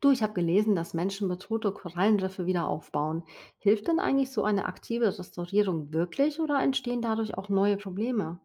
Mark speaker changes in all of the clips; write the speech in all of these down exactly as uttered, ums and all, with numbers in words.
Speaker 1: Du, ich habe gelesen, dass Menschen bedrohte Korallenriffe wieder aufbauen. Hilft denn eigentlich so eine aktive Restaurierung wirklich oder entstehen dadurch auch neue Probleme?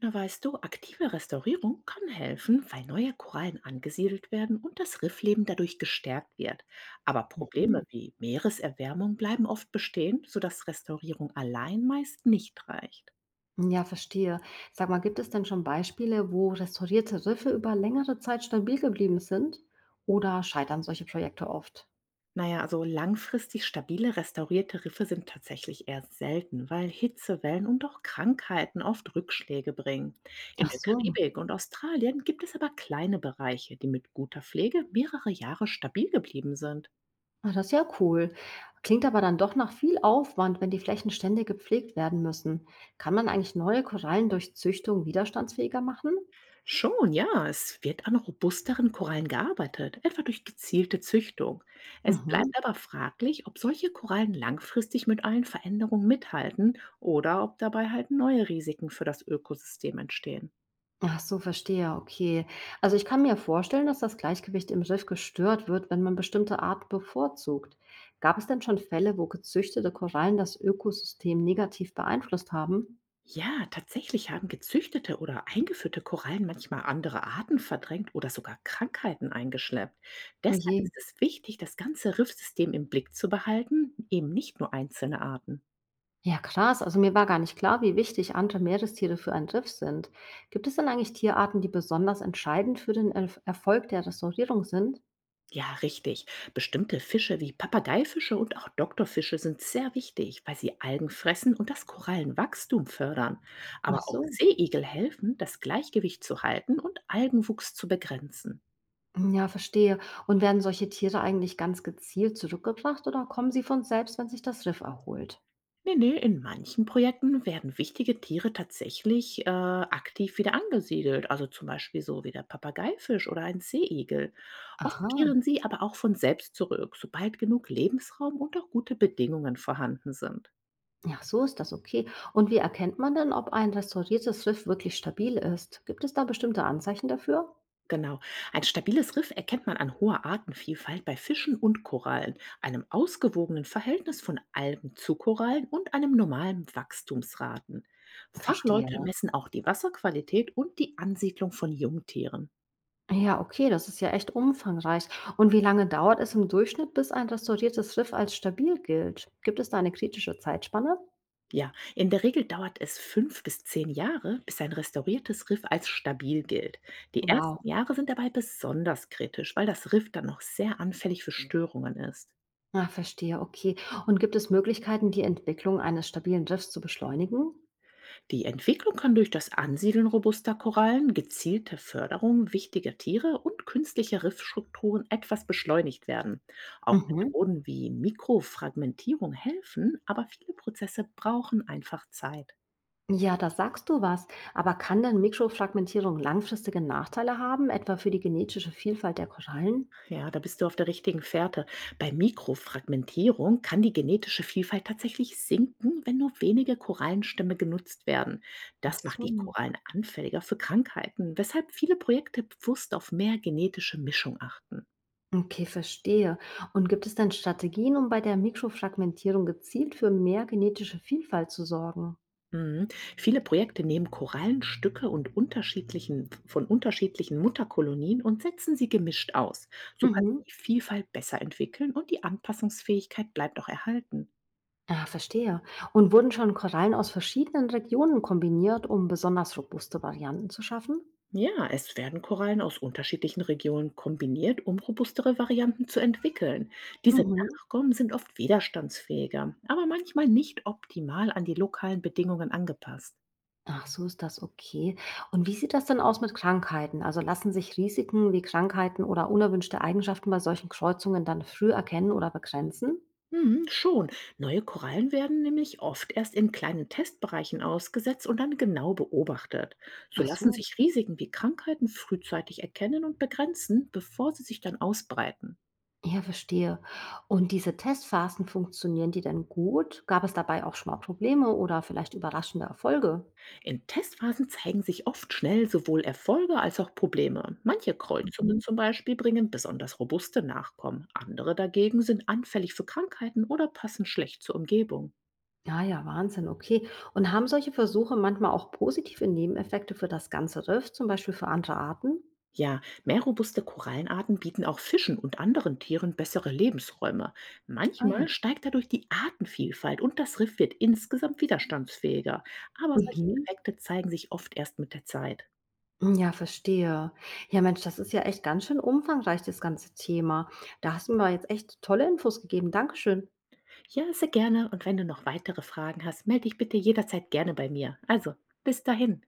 Speaker 2: Na weißt du, aktive Restaurierung kann helfen, weil neue Korallen angesiedelt werden und das Riffleben dadurch gestärkt wird. Aber Probleme
Speaker 1: Mhm.
Speaker 2: wie Meereserwärmung bleiben oft bestehen, sodass Restaurierung allein meist nicht reicht.
Speaker 1: Ja, verstehe. Sag mal, gibt es denn schon Beispiele, wo restaurierte Riffe über längere Zeit stabil geblieben sind? Oder scheitern solche Projekte oft?
Speaker 2: Naja, also langfristig stabile restaurierte Riffe sind tatsächlich eher selten, weil Hitzewellen und auch Krankheiten oft Rückschläge bringen. In
Speaker 1: Ach
Speaker 2: der
Speaker 1: so,
Speaker 2: Karibik und Australien gibt es aber kleine Bereiche, die mit guter Pflege mehrere Jahre stabil geblieben sind.
Speaker 1: ah, das ist ja cool. Klingt aber dann doch nach viel Aufwand, wenn die Flächen ständig gepflegt werden müssen. Kann man eigentlich neue Korallen durch Züchtung widerstandsfähiger machen?
Speaker 2: Schon, ja. Es wird an robusteren Korallen gearbeitet, etwa durch gezielte Züchtung. Es
Speaker 1: Mhm.
Speaker 2: bleibt aber fraglich, ob solche Korallen langfristig mit allen Veränderungen mithalten oder ob dabei halt neue Risiken für das Ökosystem entstehen.
Speaker 1: Ach so, verstehe, okay. Also ich kann mir vorstellen, dass das Gleichgewicht im Riff gestört wird, wenn man bestimmte Arten bevorzugt. Gab es denn schon Fälle, wo gezüchtete Korallen das Ökosystem negativ beeinflusst haben?
Speaker 2: Ja, tatsächlich haben gezüchtete oder eingeführte Korallen manchmal andere Arten verdrängt oder sogar Krankheiten eingeschleppt.
Speaker 1: Oh
Speaker 2: Deshalb
Speaker 1: je.
Speaker 2: ist es wichtig, das ganze Riffsystem im Blick zu behalten, eben nicht nur einzelne Arten.
Speaker 1: Ja, krass. Also mir war gar nicht klar, wie wichtig andere Meerestiere für ein Riff sind. Gibt es denn eigentlich Tierarten, die besonders entscheidend für den Erf- Erfolg der Restaurierung sind?
Speaker 2: Ja, richtig. Bestimmte Fische wie Papageifische und auch Doktorfische sind sehr wichtig, weil sie Algen fressen und das Korallenwachstum fördern. Aber
Speaker 1: Ach
Speaker 2: auch
Speaker 1: so.
Speaker 2: Seeigel helfen, das Gleichgewicht zu halten und Algenwuchs zu begrenzen.
Speaker 1: Ja, verstehe. Und werden solche Tiere eigentlich ganz gezielt zurückgebracht oder kommen sie von selbst, wenn sich das Riff erholt?
Speaker 2: Nee, nee, in manchen Projekten werden wichtige Tiere tatsächlich äh, aktiv wieder angesiedelt, also zum Beispiel so wie der Papageifisch oder ein Seeigel. Oft
Speaker 1: Aha.
Speaker 2: kehren sie aber auch von selbst zurück, sobald genug Lebensraum und auch gute Bedingungen vorhanden sind.
Speaker 1: Ja, so ist das okay. Und wie erkennt man denn, ob ein restauriertes Riff wirklich stabil ist? Gibt es da bestimmte Anzeichen dafür?
Speaker 2: Genau. Ein stabiles Riff erkennt man an hoher Artenvielfalt bei Fischen und Korallen, einem ausgewogenen Verhältnis von Algen zu Korallen und einem normalen Wachstumsraten.
Speaker 1: Verstehe.
Speaker 2: Fachleute messen auch die Wasserqualität und die Ansiedlung von Jungtieren.
Speaker 1: Ja, okay, das ist ja echt umfangreich. Und wie lange dauert es im Durchschnitt, bis ein restauriertes Riff als stabil gilt? Gibt es da eine kritische Zeitspanne?
Speaker 2: Ja, in der Regel dauert es fünf bis zehn Jahre, bis ein restauriertes Riff als stabil gilt. Die
Speaker 1: Wow.
Speaker 2: ersten Jahre sind dabei besonders kritisch, weil das Riff dann noch sehr anfällig für Störungen ist.
Speaker 1: Ah, verstehe, okay. Und gibt es Möglichkeiten, die Entwicklung eines stabilen Riffs zu beschleunigen?
Speaker 2: Die Entwicklung kann durch das Ansiedeln robuster Korallen, gezielte Förderung wichtiger Tiere und künstliche Riffstrukturen etwas beschleunigt werden. Auch
Speaker 1: Mhm.
Speaker 2: Methoden wie Mikrofragmentierung helfen, aber viele Prozesse brauchen einfach Zeit.
Speaker 1: Ja, da sagst du was. Aber kann denn Mikrofragmentierung langfristige Nachteile haben, etwa für die genetische Vielfalt der Korallen?
Speaker 2: Ja, da bist du auf der richtigen Fährte. Bei Mikrofragmentierung kann die genetische Vielfalt tatsächlich sinken, wenn nur wenige Korallenstämme genutzt werden.
Speaker 1: Ach
Speaker 2: Das macht die
Speaker 1: so.
Speaker 2: Korallen anfälliger für Krankheiten, weshalb viele Projekte bewusst auf mehr genetische Mischung achten.
Speaker 1: Okay, verstehe. Und gibt es dann Strategien, um bei der Mikrofragmentierung gezielt für mehr genetische Vielfalt zu sorgen?
Speaker 2: Mhm. Viele Projekte nehmen Korallenstücke und unterschiedlichen, von unterschiedlichen Mutterkolonien und setzen sie gemischt aus. So kann
Speaker 1: Mhm.
Speaker 2: sich die Vielfalt besser entwickeln und die Anpassungsfähigkeit bleibt auch erhalten.
Speaker 1: Ah, verstehe. Und wurden schon Korallen aus verschiedenen Regionen kombiniert, um besonders robuste Varianten zu schaffen?
Speaker 2: Ja, es werden Korallen aus unterschiedlichen Regionen kombiniert, um robustere Varianten zu entwickeln. Diese
Speaker 1: Mhm.
Speaker 2: Nachkommen sind oft widerstandsfähiger, aber manchmal nicht optimal an die lokalen Bedingungen angepasst.
Speaker 1: Ach, so ist das okay. Und wie sieht das denn aus mit Krankheiten? Also lassen sich Risiken wie Krankheiten oder unerwünschte Eigenschaften bei solchen Kreuzungen dann früh erkennen oder begrenzen?
Speaker 2: Mhm, schon. Neue Korallen werden nämlich oft erst in kleinen Testbereichen ausgesetzt und dann genau beobachtet. So
Speaker 1: Ach
Speaker 2: lassen
Speaker 1: so.
Speaker 2: sich Risiken wie Krankheiten frühzeitig erkennen und begrenzen, bevor sie sich dann ausbreiten.
Speaker 1: Ja, verstehe. Und diese Testphasen, funktionieren die denn gut? Gab es dabei auch schon mal Probleme oder vielleicht überraschende Erfolge?
Speaker 2: In Testphasen zeigen sich oft schnell sowohl Erfolge als auch Probleme. Manche Kreuzungen
Speaker 1: Mhm.
Speaker 2: zum Beispiel bringen besonders robuste Nachkommen, andere dagegen sind anfällig für Krankheiten oder passen schlecht zur Umgebung.
Speaker 1: Ah ja, Wahnsinn, okay. Und haben solche Versuche manchmal auch positive Nebeneffekte für das ganze Riff, zum Beispiel für andere Arten?
Speaker 2: Ja, mehr robuste Korallenarten bieten auch Fischen und anderen Tieren bessere Lebensräume.
Speaker 1: Ah ja.
Speaker 2: Manchmal steigt dadurch die Artenvielfalt und das Riff wird insgesamt widerstandsfähiger. Aber solche
Speaker 1: Mhm.
Speaker 2: Effekte zeigen sich oft erst mit der Zeit.
Speaker 1: Ja, verstehe. Ja, Mensch, das ist ja echt ganz schön umfangreich, das ganze Thema. Da hast du mir jetzt echt tolle Infos gegeben. Dankeschön.
Speaker 2: Ja, sehr gerne, und wenn du noch weitere Fragen hast, melde dich bitte jederzeit gerne bei mir. Also, bis dahin.